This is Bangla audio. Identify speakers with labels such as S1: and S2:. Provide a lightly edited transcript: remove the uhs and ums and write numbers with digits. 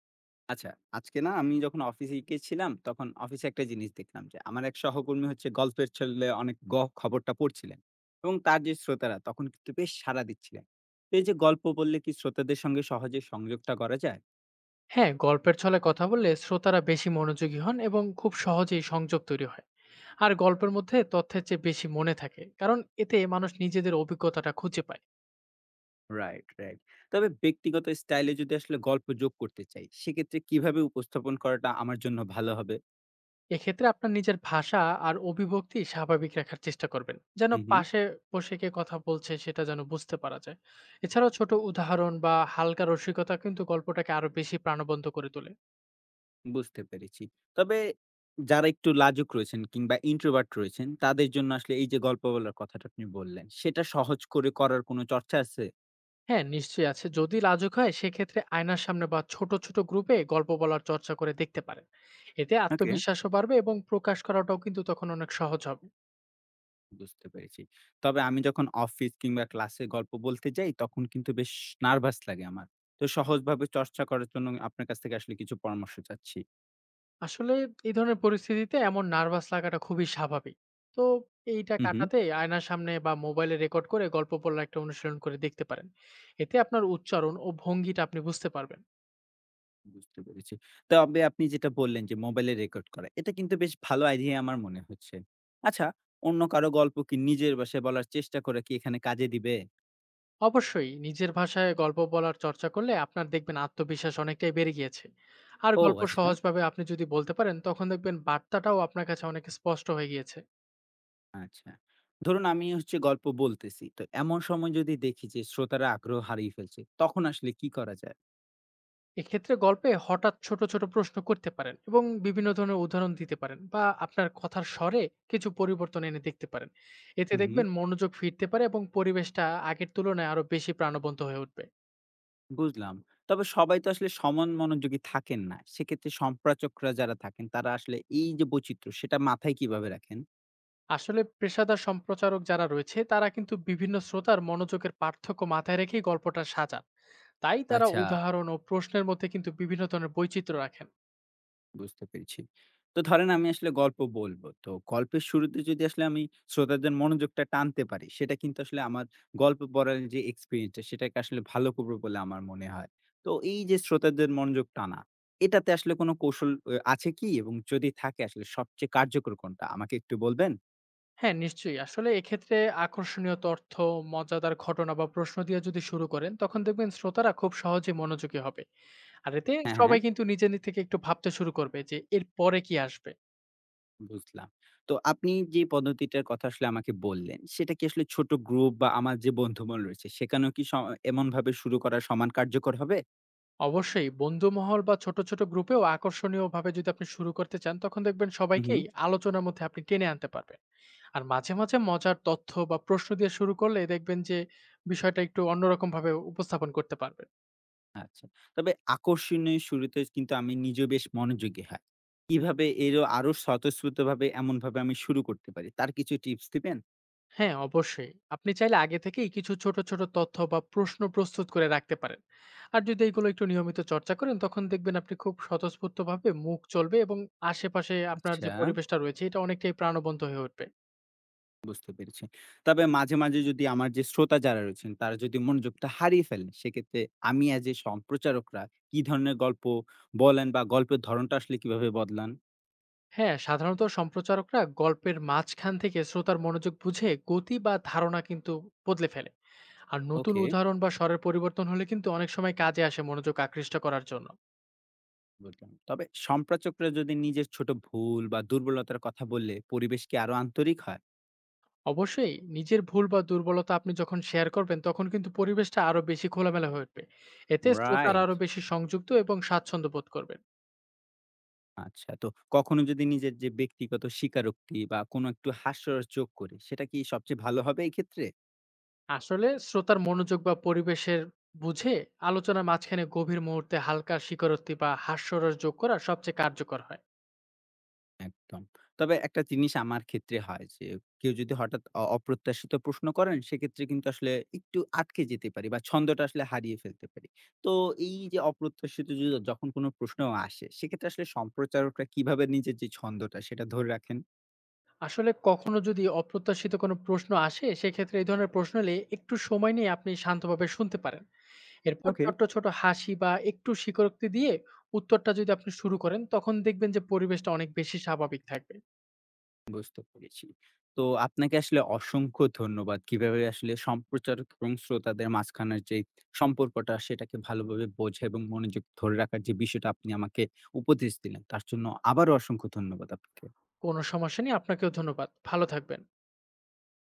S1: আচ্ছা, আজকে না আমি যখন অফিসে গেছিলাম, তখন অফিসে একটা জিনিস দেখলাম যে, আমার এক সহকর্মী হচ্ছে গল্পের ছলে অনেক গ খবরটা পড়ছিলেন এবং তার যে শ্রোতারা তখন কিন্তু বেশ সাড়া দিচ্ছিলেন। তো এই যে গল্প বললে কি শ্রোতাদের সঙ্গে সহজে সংযোগটা করা যায়?
S2: হ্যাঁ, গল্পের ছলে কথা বললে শ্রোতারা বেশি মনোযোগী হন এবং খুব সহজেই সংযোগ তৈরি হয়। আর গল্পের মধ্যে তথ্যের চেয়ে বেশি মনে থাকে, কারণ এতে মানুষ নিজেদের অভিজ্ঞতাটা খুঁজে পায়।
S1: Right, right. তবে ব্যক্তিগত স্টাইলে যদি আসলে গল্প যোগ করতে চাই, সেক্ষেত্রে কিভাবে উপস্থাপন করাটা আমার জন্য ভালো হবে?
S2: এক্ষেত্রে আপনার নিজের ভাষা আর অভিব্যক্তি স্বাভাবিক রাখার চেষ্টা করবেন, যেন
S1: হু, হু।
S2: পাশে বসে কে কথা বলছে সেটা যেন বুঝতে পারা যায়। এছাড়াও ছোট উদাহরণ বা হালকা রসিকতা কিন্তু গল্পটাকে আরো বেশি প্রাণবন্ত করে তোলে।
S1: বুঝতে পেরেছি। তবে যারা একটু লাজুক রয়েছেন কিংবা introvert রয়েছেন, তাদের জন্য আসলে এই যে গল্প বলার কথাটা আপনি বললেন, সেটা সহজ করে করার কোনো চর্চা আছে?
S2: হ্যাঁ, নিশ্চয়ই আছে। যদি লাজুক হয় সেক্ষেত্রে আয়নার সামনে বা ছোট, ছোট গ্রুপে গল্প বলার চর্চা করে দেখতে পারেন। এতে
S1: ওকে।
S2: আত্মবিশ্বাসও বাড়বে এবং প্রকাশ করাটাও কিন্তু তখন অনেক সহজ হবে।
S1: বুঝতে পেরেছি। তবে আমি যখন অফিস কিংবা ক্লাসে গল্প বলতে যাই, তখন কিন্তু বেশ নার্ভাস লাগে আমার। তো সহজভাবে চর্চা করার জন্য আপনার কাছ থেকে আসলে কিছু পরামর্শ চাচ্ছি।
S2: আসলে এই ধরনের পরিস্থিতিতে এমন নার্ভাস লাগাটা খুবই স্বাভাবিক। তো এইটা
S1: হু, হু।
S2: কাটাতে আয়নার সামনে বা মোবাইলে রেকর্ড করে গল্প বলার একটা অনুশীলন করে দেখতে পারেন। এতে আপনার উচ্চারণ ও ভঙ্গিটা আপনি বুঝতে পারবেন।
S1: বুঝতে পেরেছি। তবে আপনি যেটা বললেন যে মোবাইলে রেকর্ড করা, এটা কিন্তু বেশ ভালো আইডিয়া আমার মনে হচ্ছে। আচ্ছা, অন্য কারো গল্প কি নিজের ভাষায় বলার চেষ্টা করা কি এখানে কাজে দিবে?
S2: অবশ্যই নিজের ভাষায় গল্প বলার চর্চা করলে আপনার দেখবেন আত্মবিশ্বাস অনেকটাই বেড়ে গিয়েছে। আর
S1: ও
S2: গল্প
S1: আচ্ছা।
S2: সহজভাবে আপনি যদি বলতে পারেন তখন দেখবেন বার্তাটাও আপনার কাছে অনেক স্পষ্ট হয়ে গিয়েছে।
S1: আচ্ছা। ধরুন আমি হচ্ছে গল্প বলতেছি। তো এমন সময় যদি দেখি যে শ্রোতারা আগ্রহ হারিয়ে ফেলছে, তখন আসলে কি করা যায়?
S2: এক্ষেত্রে গল্পে হঠাৎ ছোট ছোট প্রশ্ন করতে পারেন এবং বিভিন্ন ধরনের উদাহরণ দিতে পারেন বা আপনার কথার স্বরে কিছু পরিবর্তন এনে দেখতে পারেন। এতে
S1: হুম, হুম।
S2: দেখবেন মনোযোগ ফিরতে পারে এবং পরিবেশটা আগের তুলনায় আরো বেশি প্রাণবন্ত হয়ে উঠবে।
S1: বুঝলাম। তবে সবাই তো আসলে সমান মনোযোগী থাকেন না। সেক্ষেত্রে সম্প্রাচকরা যারা থাকেন তারা আসলে এই যে বৈচিত্র্য সেটা মাথায় কিভাবে রাখেন?
S2: আসলে পেশাদার সম্প্রচারক যারা রয়েছে তারা কিন্তু বিভিন্ন শ্রোতার মনোযোগের পার্থক্য মাথায় রেখেই গল্পটা সাজান। তাই তারা
S1: আচ্ছা।
S2: উদাহরণ ও প্রশ্নের মধ্যে কিন্তু বিভিন্ন ধরনের বৈচিত্র্য রাখেন।
S1: বুঝতে পেরেছি। তো ধরেন আমি আসলে গল্প বলব। তো গল্পের শুরুতে যদি আসলে আমি শ্রোতাদের মনোযোগটা টানতে পারি, সেটা কিন্তু আসলে আমার গল্প পড়ার যে এক্সপেরিয়েন্স টা সেটাকে আসলে ভালো করবে বলে আমার মনে হয়। তো এই যে শ্রোতাদের মনোযোগ টানা, এটাতে আসলে কোনো কৌশল আছে কি? এবং যদি থাকে আসলে সবচেয়ে কার্যকর কোনটা? আমাকে একটু বলবেন?
S2: হ্যাঁ, নিশ্চয়ই। আসলে এক্ষেত্রে আকর্ষণীয় তথ্য, মজাদার ঘটনা বা প্রশ্ন দিয়ে যদি শুরু করেন তখন দেখবেন শ্রোতারা খুব সহজে মনোযোগী হবে। আর এতে
S1: হ্যাঁ, হ্যাঁ,
S2: সবাই কিন্তু নিজে নিজে থেকে একটু ভাবতে শুরু করবে যে এর পরে কি আসবে।
S1: বুঝলাম। তো আপনি যে পদ্ধতিটার কথা আসলে আমাকে বললেন, সেটা কি আসলে ছোট গ্রুপ বা আমার যে বন্ধুমহল রয়েছে, সেখানেও কি স এমনভাবে শুরু করা সমান কার্যকর হবে?
S2: অবশ্যই বন্ধুমহল বা ছোট ছোট গ্রুপেও আকর্ষণীয়ভাবে যদি আপনি শুরু করতে চান তখন দেখবেন
S1: হু, হু।
S2: সবাইকেই আলোচনার মধ্যে আপনি টেনে আনতে পারবেন। আর মাঝে, মাঝে মজার তথ্য বা প্রশ্ন দিয়ে শুরু করলে দেখবেন যে বিষয়টা একটু অন্যরকম ভাবে উপস্থাপন করতে পারবেন।
S1: আচ্ছা। তবে আকর্ষণীয় শুরুতে কিন্তু আমি নিজেও বেশ মনোযোগী হয়। কিভাবে এরও আরো স্বতঃস্ফূর্তভাবে এমনভাবে আমি শুরু করতে পারি? তার কিছু টিপস দিবেন?
S2: হ্যাঁ, অবশ্যই। আপনি চাইলে আগে থেকেই কিছু ছোট, ছোট তথ্য বা প্রশ্ন প্রস্তুত করে রাখতে পারেন। আর যদি এগুলো একটু নিয়মিত চর্চা করেন তখন দেখবেন আপনি খুব স্বতঃস্ফূর্তভাবে মুখ চলবে এবং আশেপাশে আপনার যে
S1: আচ্ছা,
S2: পরিবেশটা রয়েছে এটা অনেকটাই প্রাণবন্ত হয়ে উঠবে।
S1: বুঝতে পেরেছি। তবে মাঝে, মাঝে যদি আমার যে শ্রোতা যারা রয়েছেন তারা যদি মনোযোগটা হারিয়ে ফেলেন, সেক্ষেত্রে আমি অ্যাজ এ সম্প্রচারকরা কি ধরনের গল্প বলেন বা গল্পের ধরনটা আসলে কিভাবে বদলান?
S2: হ্যাঁ, সাধারণত সম্প্রচারকরা গল্পের মাঝখান থেকে শ্রোতার মনোযোগ বুঝে গতি বা ধারণা কিন্তু বদলে ফেলে। আর নতুন
S1: ওকে,
S2: উদাহরণ বা স্বরের পরিবর্তন হলে কিন্তু অনেক সময় কাজে আসে মনোযোগ আকৃষ্ট করার জন্য।
S1: বুঝলাম। তবে সম্প্রচারকরা যদি নিজের ছোট ভুল বা দুর্বলতার কথা বললে পরিবেশ কি আরো আন্তরিক হয়?
S2: অবশ্যই নিজের ভুল বা দুর্বলতা আপনি যখন শেয়ার করবেন, তখন কিন্তু পরিবেশটা আরো বেশি খোলামেলা হয়ে উঠবে। এতে শ্রোতারা
S1: রাইট।
S2: আরো বেশি সংযুক্ত এবং স্বাচ্ছন্দ্য বোধ করবেন।
S1: আচ্ছা। তো কখনো যদি নিজের যে ব্যক্তিগত স্বীকারোক্তি বা কোনো একটু হাস্যরস যোগ করি, সেটা কি সবচেয়ে ভালো হবে এক্ষেত্রে?
S2: আসলে শ্রোতার মনোযোগ বা পরিবেশের বুঝে আলোচনার মাঝখানে গভীর মুহূর্তে হালকা স্বীকারোক্তি বা হাস্যরস যোগ করা সবচেয়ে কার্যকর হয়।
S1: একদম। তবে একটা জিনিস আমার ক্ষেত্রে হয় যে, কেউ যদি হঠাৎ অপ্রত্যাশিত প্রশ্ন করেন, সেক্ষেত্রে কিন্তু আসলে একটু আটকে যেতে পারি বা ছন্দটা আসলে হারিয়ে ফেলতে পারি। তো এই যে অপ্রত্যাশিত য যখন কোনো প্রশ্ন আসে, সেক্ষেত্রে আসলে সম্প্রচারকরা কিভাবে নিজের যে ছন্দটা, সেটা ধরে রাখেন?
S2: আসলে কখনো যদি অপ্রত্যাশিত কোনো প্রশ্ন আসে, সেক্ষেত্রে এই ধরনের প্রশ্ন এলে একটু সময় নিয়ে আপনি শান্তভাবে শুনতে পারেন। এরপর
S1: ওকে।
S2: ছোট্ট, ছোট হাসি বা একটু স্বীকারোক্তি দিয়ে উত্তরটা যদি আপনি শুরু করেন তখন দেখবেন যে পরিবেশটা অনেক বেশি স্বাভাবিক থাকবে।
S1: বুঝতে পেরেছি। তো আপনাকে আসলে অসংখ্য ধন্যবাদ। কিভাবে আসলে সম্প্রচারক এবং শ্রোতাদের মাঝখানের যে সম্পর্কটা সেটাকে ভালোভাবে বোঝা এবং মনোযোগ ধরে রাখার যে বিষয়টা আপনি আমাকে উপদেশ দিলেন, তার জন্য আবারও অসংখ্য ধন্যবাদ আপনাকে।
S2: কোনো সমস্যা নেই। আপনাকেও ধন্যবাদ। ভালো থাকবেন।